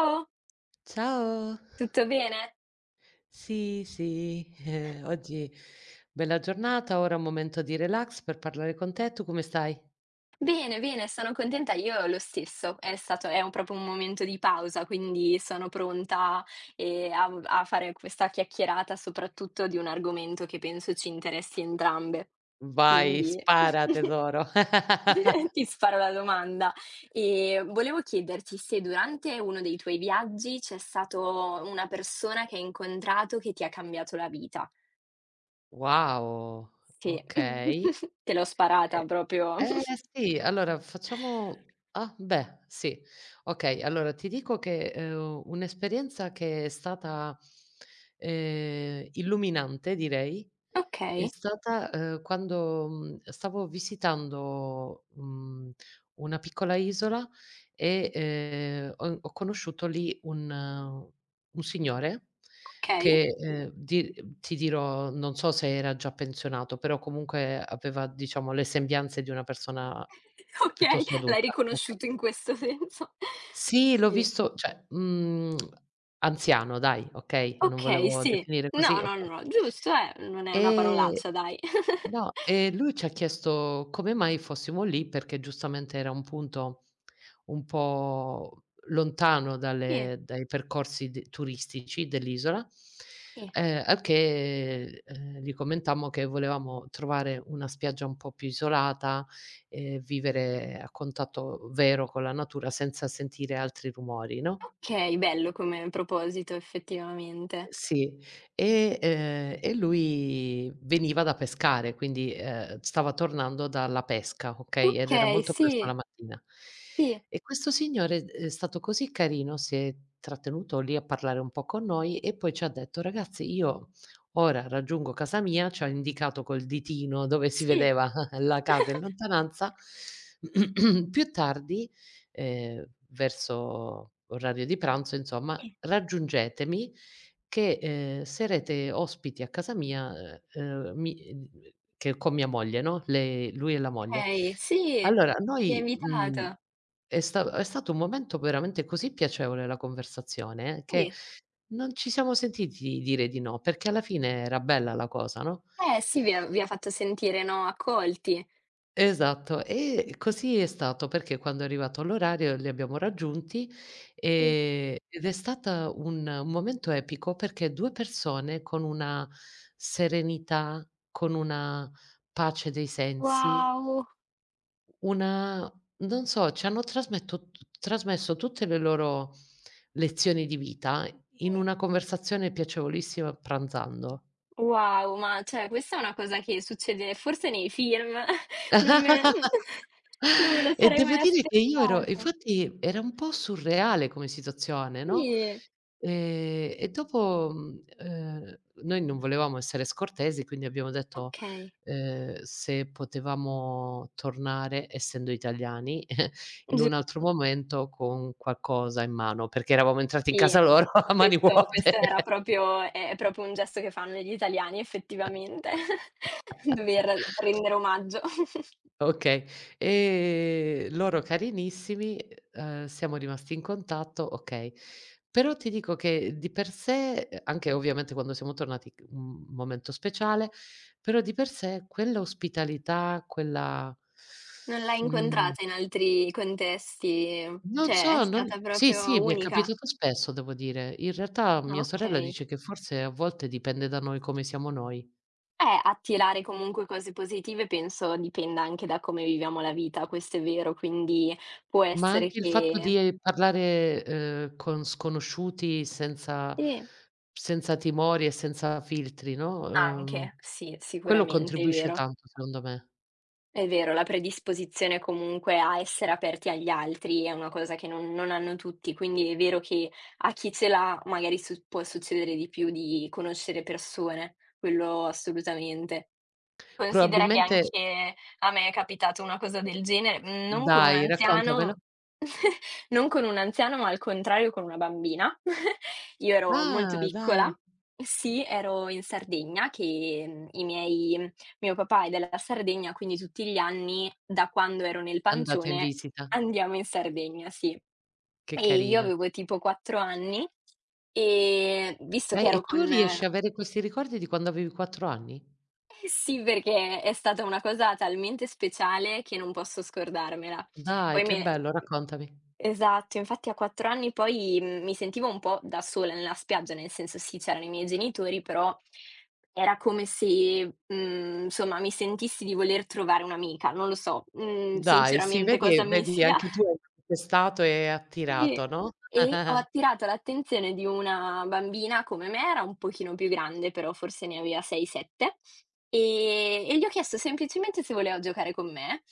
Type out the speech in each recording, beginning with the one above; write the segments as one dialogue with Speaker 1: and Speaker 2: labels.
Speaker 1: Ciao,
Speaker 2: Ciao.
Speaker 1: tutto bene?
Speaker 2: Sì, sì, oggi bella giornata, ora un momento di relax per parlare con te. Tu come stai?
Speaker 1: Bene, bene, sono contenta io lo stesso. È stato è un proprio un momento di pausa, quindi sono pronta, a fare questa chiacchierata, soprattutto di un argomento che penso ci interessi entrambe.
Speaker 2: Vai,
Speaker 1: Quindi
Speaker 2: spara tesoro.
Speaker 1: ti sparo la domanda. Volevo chiederti se durante uno dei tuoi viaggi c'è stato una persona che hai incontrato che ti ha cambiato la vita.
Speaker 2: Wow,
Speaker 1: Sì,
Speaker 2: okay.
Speaker 1: te l'ho sparata proprio.
Speaker 2: E eh sì, allora facciamo, beh, sì. Okay, allora ti dico che, un'esperienza che è stata, illuminante, direi, è
Speaker 1: Okay.
Speaker 2: stata, quando, stavo visitando, una piccola isola e, ho conosciuto lì un signore
Speaker 1: Okay,
Speaker 2: che, di ti dirò, non so se era già pensionato, però comunque aveva, diciamo, le sembianze di una persona
Speaker 1: okay,
Speaker 2: piuttosto
Speaker 1: l'hai
Speaker 2: adulta. Okay.
Speaker 1: riconosciuto in questo senso.
Speaker 2: Sì, l'ho
Speaker 1: Sì,
Speaker 2: visto, cioè, anziano, dai, okay, non
Speaker 1: okay,
Speaker 2: volevo
Speaker 1: sì.
Speaker 2: definire
Speaker 1: No,
Speaker 2: così,
Speaker 1: no,
Speaker 2: okay.
Speaker 1: no, giusto, non è una
Speaker 2: E
Speaker 1: parolaccia dai.
Speaker 2: No, e lui ci ha chiesto come mai fossimo lì, perché giustamente era un punto un po' lontano
Speaker 1: Sì,
Speaker 2: dalle dai percorsi de turistici dell'isola,
Speaker 1: sì.
Speaker 2: al che, gli commentammo che volevamo trovare una spiaggia un po' più isolata e vivere a contatto vero con la natura senza sentire altri rumori, no?
Speaker 1: Okay, bello come proposito effettivamente.
Speaker 2: Sì, e lui veniva da pescare, quindi, stava tornando dalla pesca, okay, ed era
Speaker 1: Okay,
Speaker 2: molto presto
Speaker 1: sì,
Speaker 2: la mattina.
Speaker 1: sì,
Speaker 2: E questo signore, è stato così carino, si è trattenuto lì a parlare un po' con noi e poi ci ha detto: "Ragazzi, io ora raggiungo casa mia", ci ha indicato col ditino dove si
Speaker 1: sì.
Speaker 2: vedeva la casa in lontananza. "Più tardi, verso orario di pranzo, insomma,
Speaker 1: Sì,
Speaker 2: raggiungetemi che, sarete ospiti a casa mia, mi che con mia moglie, no, lei lui e la moglie."
Speaker 1: okay, sì,
Speaker 2: Allora
Speaker 1: mi ha
Speaker 2: noi,
Speaker 1: invitato.
Speaker 2: è stato un momento veramente così piacevole, la conversazione, che
Speaker 1: Sì.
Speaker 2: non ci siamo sentiti dire di no, perché alla fine era bella la cosa, no?
Speaker 1: Eh sì, vi ha fatto sentire, no, accolti.
Speaker 2: Esatto. E così è stato, perché quando è arrivato l'orario li abbiamo raggiunti,
Speaker 1: Sì.
Speaker 2: ed è stata un momento epico, perché 2 persone con una serenità, con una pace dei sensi,
Speaker 1: Wow!
Speaker 2: una, non so, ci hanno trasmetto t trasmesso tutte le loro lezioni di vita in
Speaker 1: Sì.
Speaker 2: una conversazione piacevolissima pranzando.
Speaker 1: Wow, ma cioè questa è una cosa che succede forse nei film, non me non me lo
Speaker 2: E
Speaker 1: sarei
Speaker 2: devo
Speaker 1: mai
Speaker 2: dire che io ero
Speaker 1: aspettato.
Speaker 2: infatti era un po' surreale come situazione, no,
Speaker 1: Sì,
Speaker 2: e dopo, noi non volevamo essere scortesi, quindi abbiamo detto,
Speaker 1: okay.
Speaker 2: se potevamo tornare, essendo italiani, in
Speaker 1: Giu
Speaker 2: un altro momento con qualcosa in mano, perché eravamo entrati in
Speaker 1: Sì.
Speaker 2: casa loro a mani
Speaker 1: Questo
Speaker 2: vuote.
Speaker 1: era proprio è proprio un gesto che fanno gli italiani effettivamente, dover rendere omaggio.
Speaker 2: Okay. Loro carinissimi, siamo rimasti in contatto, okay. Però ti dico che di per sé, anche ovviamente quando siamo tornati, c un momento speciale, però di per sé quella ospitalità, quella,
Speaker 1: Non l'hai
Speaker 2: mhmm,
Speaker 1: incontrata in altri contesti?
Speaker 2: non
Speaker 1: Cioè è
Speaker 2: so, non
Speaker 1: stata
Speaker 2: sì, sì,
Speaker 1: proprio
Speaker 2: mi è
Speaker 1: unica?
Speaker 2: capitato spesso, devo dire. In realtà
Speaker 1: Ah,
Speaker 2: mia sorella
Speaker 1: okay.
Speaker 2: dice che forse a volte dipende da noi, come siamo noi.
Speaker 1: Attirare comunque cose positive penso dipenda anche da come viviamo la vita, questo è vero, quindi può
Speaker 2: Ma
Speaker 1: essere
Speaker 2: anche il fatto
Speaker 1: che
Speaker 2: di, parlare, con sconosciuti senza
Speaker 1: sì,
Speaker 2: senza timori e senza filtri, no,
Speaker 1: anche, sì,
Speaker 2: quello
Speaker 1: sicuramente è
Speaker 2: contribuisce
Speaker 1: vero.
Speaker 2: tanto, secondo me.
Speaker 1: È vero, la predisposizione comunque a essere aperti agli altri è una cosa che non hanno tutti, quindi è vero che a chi ce l'ha magari su può succedere di più di conoscere persone, quello assolutamente. Considera che
Speaker 2: Probabilmente,
Speaker 1: anche a me è capitato una cosa del genere, mhmm, non con un
Speaker 2: dai, raccontamelo.
Speaker 1: anziano non con un anziano, ma al contrario con una bambina. Io ero molto
Speaker 2: Ah,
Speaker 1: piccola
Speaker 2: dai,
Speaker 1: sì, ero in Sardegna che, mhmm, i miei mio papà è della Sardegna, quindi tutti gli anni, da quando ero nel
Speaker 2: andata in
Speaker 1: pancione,
Speaker 2: visita,
Speaker 1: andiamo in Sardegna, sì.
Speaker 2: che
Speaker 1: E io
Speaker 2: carina.
Speaker 1: avevo tipo 4 anni e visto che ero
Speaker 2: E
Speaker 1: con
Speaker 2: tu riesci a avere questi ricordi di quando avevi 4 anni?
Speaker 1: Sì, perché è stata una cosa talmente speciale che non posso scordarmela.
Speaker 2: Dai,
Speaker 1: Poi
Speaker 2: che
Speaker 1: me
Speaker 2: bello, raccontami.
Speaker 1: Esatto, infatti a 4 anni poi, mhmm, mi sentivo un po' da sola nella spiaggia, nel senso sì, c'erano i miei genitori, però era come se, mhmm, insomma mi sentissi di voler trovare un'amica, non lo so, mhmm,
Speaker 2: Dai, sì,
Speaker 1: sinceramente
Speaker 2: vedi
Speaker 1: cosa mi
Speaker 2: vedi
Speaker 1: sia
Speaker 2: anche tu hai stato e
Speaker 1: sì,
Speaker 2: attirato, no?
Speaker 1: e ho attirato l'attenzione di una bambina come me, era un pochino più grande, però forse ne aveva 6, 7, e gli ho chiesto semplicemente se voleva giocare con me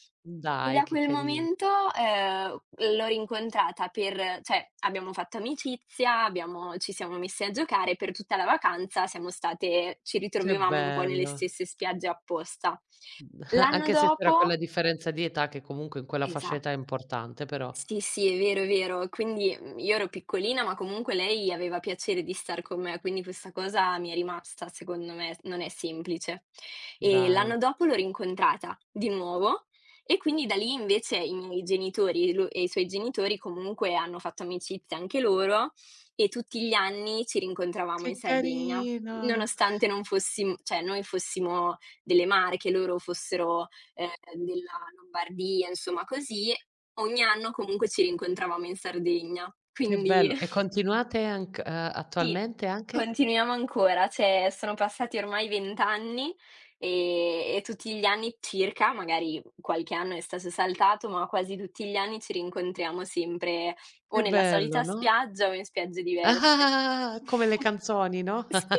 Speaker 1: e
Speaker 2: Dai,
Speaker 1: da
Speaker 2: che
Speaker 1: quel
Speaker 2: carino.
Speaker 1: momento, ehm, l'ho rincontrata per cioè abbiamo fatto amicizia, abbiamo ci siamo messi a giocare per tutta la vacanza, siamo state ci
Speaker 2: Che
Speaker 1: ritrovavamo un po' nelle
Speaker 2: bello.
Speaker 1: stesse spiagge apposta. L'anno
Speaker 2: Anche se c'era quella
Speaker 1: dopo
Speaker 2: differenza di età che comunque in quella fascia d'età è
Speaker 1: esatto.
Speaker 2: importante, però,
Speaker 1: Sì, sì, è vero, è vero. Quindi, mhmm, io ero piccolina, ma comunque lei aveva piacere di star con me, quindi questa cosa mi è rimasta, secondo me, non è semplice. E l'anno
Speaker 2: dai.
Speaker 1: dopo l'ho rincontrata di nuovo e quindi da lì invece i miei genitori lu e i suoi genitori comunque hanno fatto amicizia anche loro e tutti gli anni ci rincontravamo in
Speaker 2: Che
Speaker 1: Sardegna.
Speaker 2: carino,
Speaker 1: Nonostante non fossim cioè noi fossimo delle Marche, loro fossero, ehm, della Lombardia, insomma così ogni anno comunque ci rincontravamo in Sardegna,
Speaker 2: che
Speaker 1: quindi
Speaker 2: bello. E continuate, anc
Speaker 1: sì,
Speaker 2: attualmente anche?
Speaker 1: continuiamo ancora. Cioè, sono passati ormai 20 anni, e tutti gli anni circa, magari qualche anno è stato saltato, ma quasi tutti gli anni ci rincontriamo sempre o
Speaker 2: Che
Speaker 1: nella solita
Speaker 2: bello, no?
Speaker 1: spiaggia o in spiagge diverse.
Speaker 2: Ah, come le canzoni, no?
Speaker 1: Sì.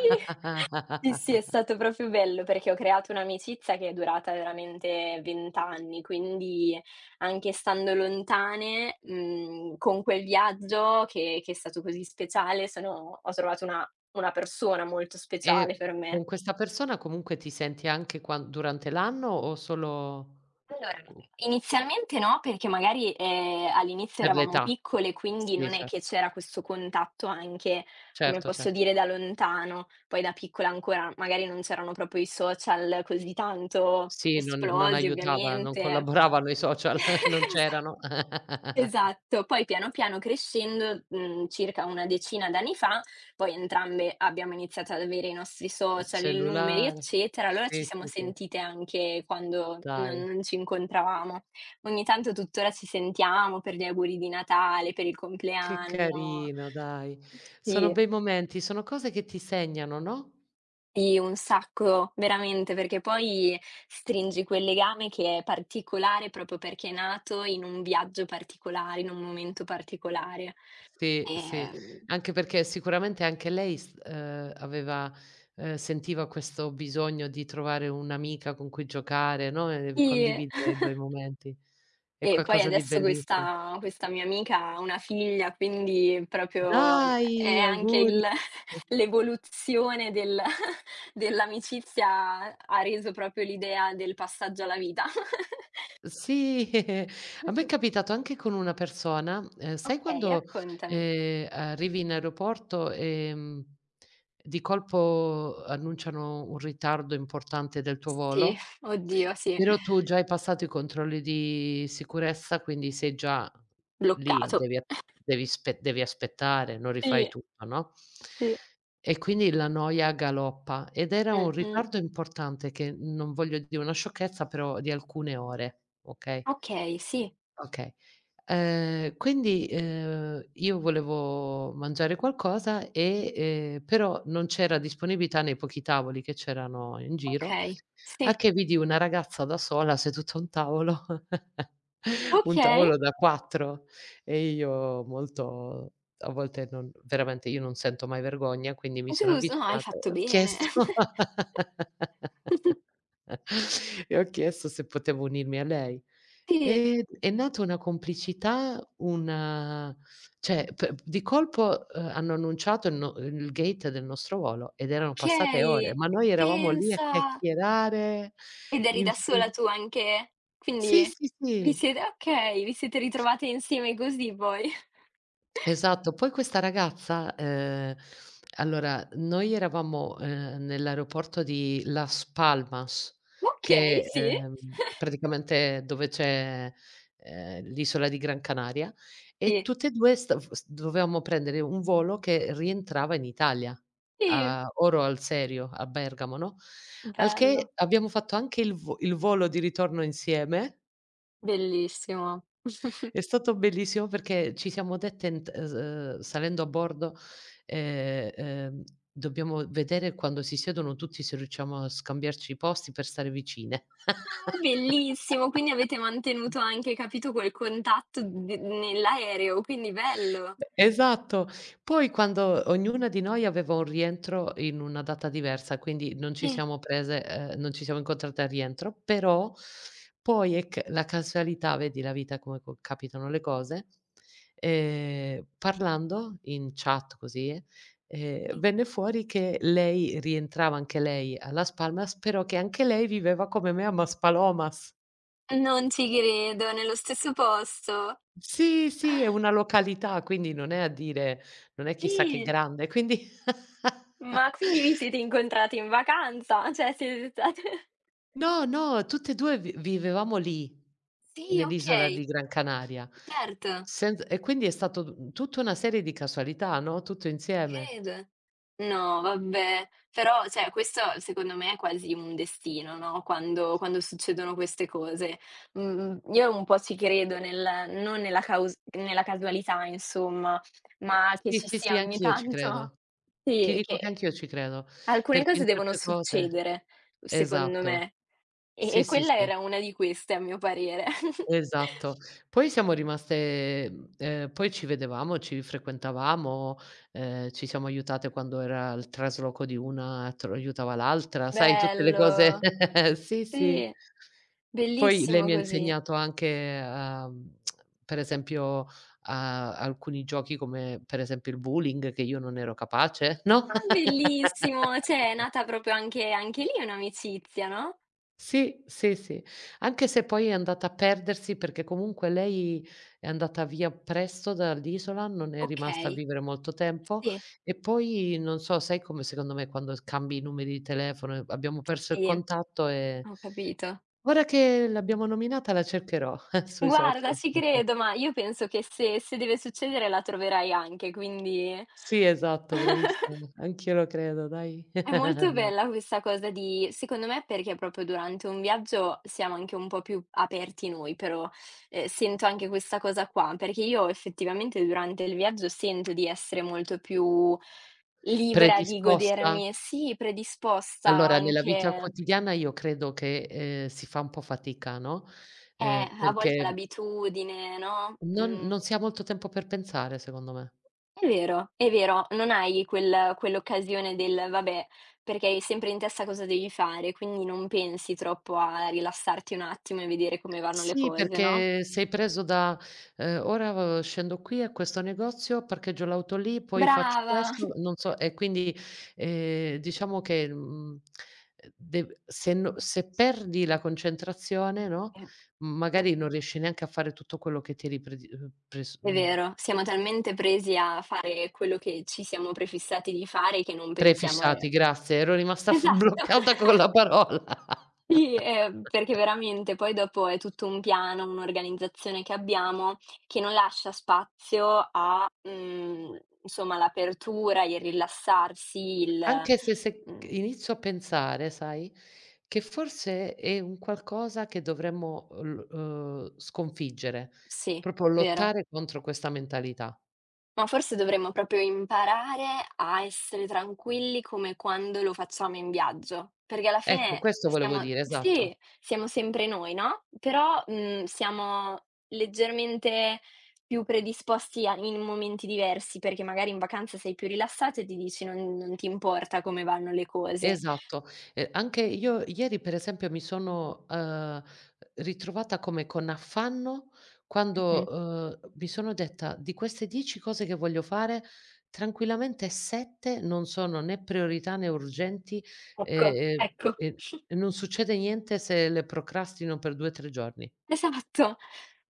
Speaker 1: Sì, sì, è stato proprio bello perché ho creato un'amicizia che è durata veramente 20 anni, quindi anche stando lontane, mhmm, con quel viaggio che è stato così speciale sono ho trovato una persona molto speciale per
Speaker 2: E
Speaker 1: me.
Speaker 2: con questa persona comunque ti senti anche, quan durante l'anno o solo,
Speaker 1: Allora,
Speaker 2: cu
Speaker 1: inizialmente no, perché magari, all'inizio
Speaker 2: per
Speaker 1: eravamo
Speaker 2: l'età?
Speaker 1: piccole, quindi
Speaker 2: Sì,
Speaker 1: non è che
Speaker 2: certo.
Speaker 1: c'era questo contatto anche, come
Speaker 2: Certo,
Speaker 1: posso
Speaker 2: certo.
Speaker 1: dire, da lontano. Poi da piccola ancora magari non c'erano proprio i social così tanto
Speaker 2: Sì, non
Speaker 1: esplosi
Speaker 2: aiutava, non
Speaker 1: ovviamente.
Speaker 2: collaboravano i social, non c'erano.
Speaker 1: Esatto, poi piano piano crescendo, mhmm, circa 10 anni fa, poi entrambe abbiamo iniziato ad avere i nostri
Speaker 2: Il
Speaker 1: social, i numeri,
Speaker 2: cellulare.
Speaker 1: eccetera, allora ci
Speaker 2: Sì,
Speaker 1: siamo
Speaker 2: sì, sì.
Speaker 1: sentite anche quando non
Speaker 2: Dai,
Speaker 1: non ci incontravamo. Ogni tanto tuttora ci sentiamo per gli auguri di Natale, per il
Speaker 2: che
Speaker 1: compleanno.
Speaker 2: carino, dai. Sono
Speaker 1: Sì,
Speaker 2: bei momenti, sono cose che ti segnano, no?
Speaker 1: sì, un sacco, veramente, perché poi stringi quel legame che è particolare proprio perché è nato in un viaggio particolare, in un momento particolare.
Speaker 2: Sì, sì,
Speaker 1: Ehm,
Speaker 2: anche perché sicuramente anche lei, s aveva sentiva questo bisogno di trovare un'amica con cui giocare, no, e
Speaker 1: sì,
Speaker 2: condividere i bei momenti. È
Speaker 1: e poi
Speaker 2: qualcosa di
Speaker 1: adesso
Speaker 2: bellissimo.
Speaker 1: questa mia amica ha una figlia, quindi proprio è
Speaker 2: Dai,
Speaker 1: anche
Speaker 2: auguri.
Speaker 1: il l'evoluzione del dell'amicizia ha reso proprio l'idea del passaggio alla vita.
Speaker 2: Sì, a me è capitato anche con una persona, sai
Speaker 1: Okay,
Speaker 2: quando,
Speaker 1: raccontami.
Speaker 2: arrivi in aeroporto, di colpo annunciano un ritardo importante del tuo
Speaker 1: Sì,
Speaker 2: volo?
Speaker 1: oddio sì,
Speaker 2: Però tu già hai passato i controlli di sicurezza, quindi sei già lì,
Speaker 1: bloccato.
Speaker 2: devi a devi spe devi aspettare, non rifai
Speaker 1: Sì,
Speaker 2: tutto, no?
Speaker 1: sì.
Speaker 2: E quindi la noia galoppa ed era un
Speaker 1: Mh-mh.
Speaker 2: ritardo importante, che non voglio dire una sciocchezza, però di alcune ore, okay?
Speaker 1: Okay, sì,
Speaker 2: Okay. Quindi, io volevo mangiare qualcosa e, però non c'era disponibilità nei pochi tavoli che c'erano in giro,
Speaker 1: okay,
Speaker 2: a
Speaker 1: sì,
Speaker 2: che vidi una ragazza da sola seduta a un tavolo, un
Speaker 1: okay,
Speaker 2: tavolo da 4, e io molto, a volte, non, veramente io non sento mai vergogna, quindi mi sono
Speaker 1: giusto, no, hai
Speaker 2: avvicinata
Speaker 1: fatto
Speaker 2: e ho
Speaker 1: bene.
Speaker 2: chiesto e ho chiesto se potevo unirmi a lei.
Speaker 1: Sì.
Speaker 2: È nata una complicità, una, cioè, p di colpo, hanno annunciato il no il gate del nostro volo, ed erano passate ore,
Speaker 1: Okay,
Speaker 2: ma noi eravamo lì a
Speaker 1: pensa!
Speaker 2: chiacchierare,
Speaker 1: Ed eri da
Speaker 2: infi
Speaker 1: sola tu anche?
Speaker 2: sì,
Speaker 1: Quindi
Speaker 2: sì,
Speaker 1: vi
Speaker 2: sì.
Speaker 1: siete okay, vi siete ritrovate insieme così poi.
Speaker 2: Esatto. Poi questa ragazza, allora noi eravamo, nell'aeroporto di Las Palmas
Speaker 1: Okay,
Speaker 2: che,
Speaker 1: sì.
Speaker 2: praticamente dove c'è, l'isola di Gran Canaria, e
Speaker 1: Sì,
Speaker 2: tutte e 2, sta f s dovevamo prendere un volo che rientrava in Italia,
Speaker 1: sì,
Speaker 2: a Oro al Serio, a Bergamo, no, al
Speaker 1: bello,
Speaker 2: che abbiamo fatto anche il volo di ritorno insieme.
Speaker 1: bellissimo.
Speaker 2: È stato bellissimo perché ci siamo dette, ent salendo a bordo, ehm, ehm, dobbiamo vedere quando si siedono tutti se riusciamo a scambiarci i posti per stare vicine.
Speaker 1: Ah, bellissimo, quindi avete mantenuto anche, capito, quel contatto d nell'aereo, quindi bello.
Speaker 2: Esatto. Poi quando ognuna di noi aveva un rientro in una data diversa, quindi non ci
Speaker 1: Sì,
Speaker 2: siamo prese non ci siamo incontrate al rientro, però poi è, c la casualità, vedi la vita come co capitano le cose, parlando in chat così,
Speaker 1: sì.
Speaker 2: venne fuori che lei rientrava anche lei a Las Palmas, però che anche lei viveva come me a Maspalomas.
Speaker 1: Non ci credo, nello stesso posto?
Speaker 2: Sì, sì, è una località, quindi non è, a dire, non è chissà che
Speaker 1: Sì,
Speaker 2: grande, quindi
Speaker 1: ma quindi vi siete incontrate in vacanza? Cioè siete state
Speaker 2: no, no, tutte e 2 vi vivevamo lì,
Speaker 1: sì,
Speaker 2: nell'isola
Speaker 1: okay,
Speaker 2: di Gran Canaria.
Speaker 1: certo,
Speaker 2: Senz E quindi è stato, tutta una serie di casualità, no, tutto
Speaker 1: ti
Speaker 2: insieme.
Speaker 1: credo. No, vabbè, però cioè questo secondo me è quasi un destino, no, quando succedono queste cose. Mhmm, io un po' ci credo nel non nella caus nella casualità insomma, ma che
Speaker 2: Sì,
Speaker 1: ci
Speaker 2: sì,
Speaker 1: sia
Speaker 2: sì,
Speaker 1: ogni
Speaker 2: anch'io ci
Speaker 1: tanto
Speaker 2: credo. Ti
Speaker 1: sì,
Speaker 2: dico che
Speaker 1: che
Speaker 2: anch'io ci credo,
Speaker 1: alcune
Speaker 2: perché
Speaker 1: cose
Speaker 2: in
Speaker 1: devono
Speaker 2: certe cose,
Speaker 1: succedere, secondo
Speaker 2: esatto.
Speaker 1: me. E
Speaker 2: Sì, sì,
Speaker 1: quella
Speaker 2: sì.
Speaker 1: era una di queste a mio parere.
Speaker 2: Esatto. Poi siamo rimaste, poi ci vedevamo, ci frequentavamo, ci siamo aiutate quando era il trasloco di una, tro aiutava l'altra, sai tutte le cose,
Speaker 1: Bello,
Speaker 2: sì, sì.
Speaker 1: sì,
Speaker 2: Poi lei
Speaker 1: bellissimo
Speaker 2: mi ha
Speaker 1: così.
Speaker 2: insegnato anche a, per esempio a alcuni giochi come per esempio il bowling, che io non ero capace, no?
Speaker 1: Ah, bellissimo! Cioè è nata proprio anche anche lì un'amicizia, no?
Speaker 2: Sì, sì, sì. Anche se poi è andata a perdersi, perché comunque lei è andata via presto dall'isola, non è rimasta a
Speaker 1: Okay,
Speaker 2: vivere molto tempo.
Speaker 1: sì,
Speaker 2: E poi non so, sai come secondo me quando s cambi i numeri di telefono, e abbiamo perso il
Speaker 1: sì,
Speaker 2: contatto. E
Speaker 1: ho capito.
Speaker 2: ora che l'abbiamo nominata la cercherò sui
Speaker 1: Guarda,
Speaker 2: social.
Speaker 1: ci credo, ma io penso che se deve succedere la troverai anche, quindi
Speaker 2: Sì, esatto, bravissima. Anch'io lo credo, dai.
Speaker 1: è molto bella questa cosa di secondo me perché proprio durante un viaggio siamo anche un po' più aperti noi, però, sento anche questa cosa qua, perché io effettivamente durante il viaggio sento di essere molto più libera di
Speaker 2: Predisposta?
Speaker 1: godermi sì, predisposta
Speaker 2: Allora, nella vita
Speaker 1: anche
Speaker 2: quotidiana io credo che, si fa un po' fatica, no,
Speaker 1: eh, a volte
Speaker 2: perché
Speaker 1: l'abitudine, no,
Speaker 2: Non
Speaker 1: mh.
Speaker 2: non si ha molto tempo per pensare, secondo me.
Speaker 1: È vero, non hai quell'occasione del: "Vabbè", perché hai sempre in testa cosa devi fare, quindi non pensi troppo a rilassarti un attimo e vedere come vanno le
Speaker 2: Sì,
Speaker 1: cose, no?
Speaker 2: perché sei preso da, "Ora, scendo qui a questo negozio, parcheggio l'auto lì, poi faccio
Speaker 1: Brava!
Speaker 2: questo", non so, e quindi, diciamo che, de se no, se perdi la concentrazione, no,
Speaker 1: Eh, sì,
Speaker 2: magari non riesci neanche a fare tutto quello che ti eri,
Speaker 1: è vero, siamo talmente presi a fare quello che ci siamo prefissati di fare che non pensiamo a
Speaker 2: prefissati,
Speaker 1: e
Speaker 2: grazie, ero rimasta f
Speaker 1: esatto.
Speaker 2: bloccata con la parola.
Speaker 1: Sì, perché veramente poi dopo è tutto un piano, un'organizzazione che abbiamo che non lascia spazio a, mhmm, insomma l'apertura, il rilassarsi, il
Speaker 2: Anche se se c
Speaker 1: mhmm,
Speaker 2: inizio a pensare, sai, che forse è un qualcosa che dovremmo, l sconfiggere,
Speaker 1: sì,
Speaker 2: proprio
Speaker 1: vero.
Speaker 2: lottare contro questa mentalità.
Speaker 1: Ma forse dovremmo proprio imparare a essere tranquilli come quando lo facciamo in viaggio, perché alla
Speaker 2: Ecco,
Speaker 1: fine
Speaker 2: questo volevo
Speaker 1: siamo
Speaker 2: dire,
Speaker 1: sì,
Speaker 2: esatto.
Speaker 1: siamo sempre noi, no, però, mhmm, siamo leggermente più predisposti a in momenti diversi, perché magari in vacanza sei più rilassato e ti dici: "Non non ti importa come vanno le cose".
Speaker 2: Esatto. Anche io ieri per esempio mi sono, ritrovata come con affanno quando,
Speaker 1: Mh-mh.
Speaker 2: mi sono detta: "Di queste 10 cose che voglio fare, tranquillamente 7 non sono né priorità né urgenti
Speaker 1: Ecco,
Speaker 2: e
Speaker 1: ecco.
Speaker 2: e e e non succede niente se le procrastino per 2, 3 giorni."
Speaker 1: Esatto.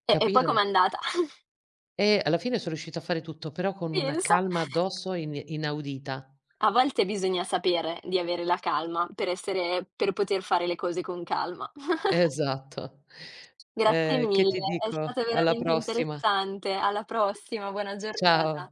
Speaker 1: E poi
Speaker 2: Capito?
Speaker 1: com'è andata?
Speaker 2: E alla fine sono riuscita a fare tutto, però con una
Speaker 1: Pensa.
Speaker 2: calma addosso in inaudita.
Speaker 1: A volte bisogna sapere di avere la calma per poter fare le cose con calma.
Speaker 2: Esatto.
Speaker 1: Grazie
Speaker 2: Che ti
Speaker 1: mille, è
Speaker 2: dico?
Speaker 1: stato
Speaker 2: Alla
Speaker 1: veramente
Speaker 2: prossima.
Speaker 1: interessante. Alla prossima, buona giornata.
Speaker 2: Ciao.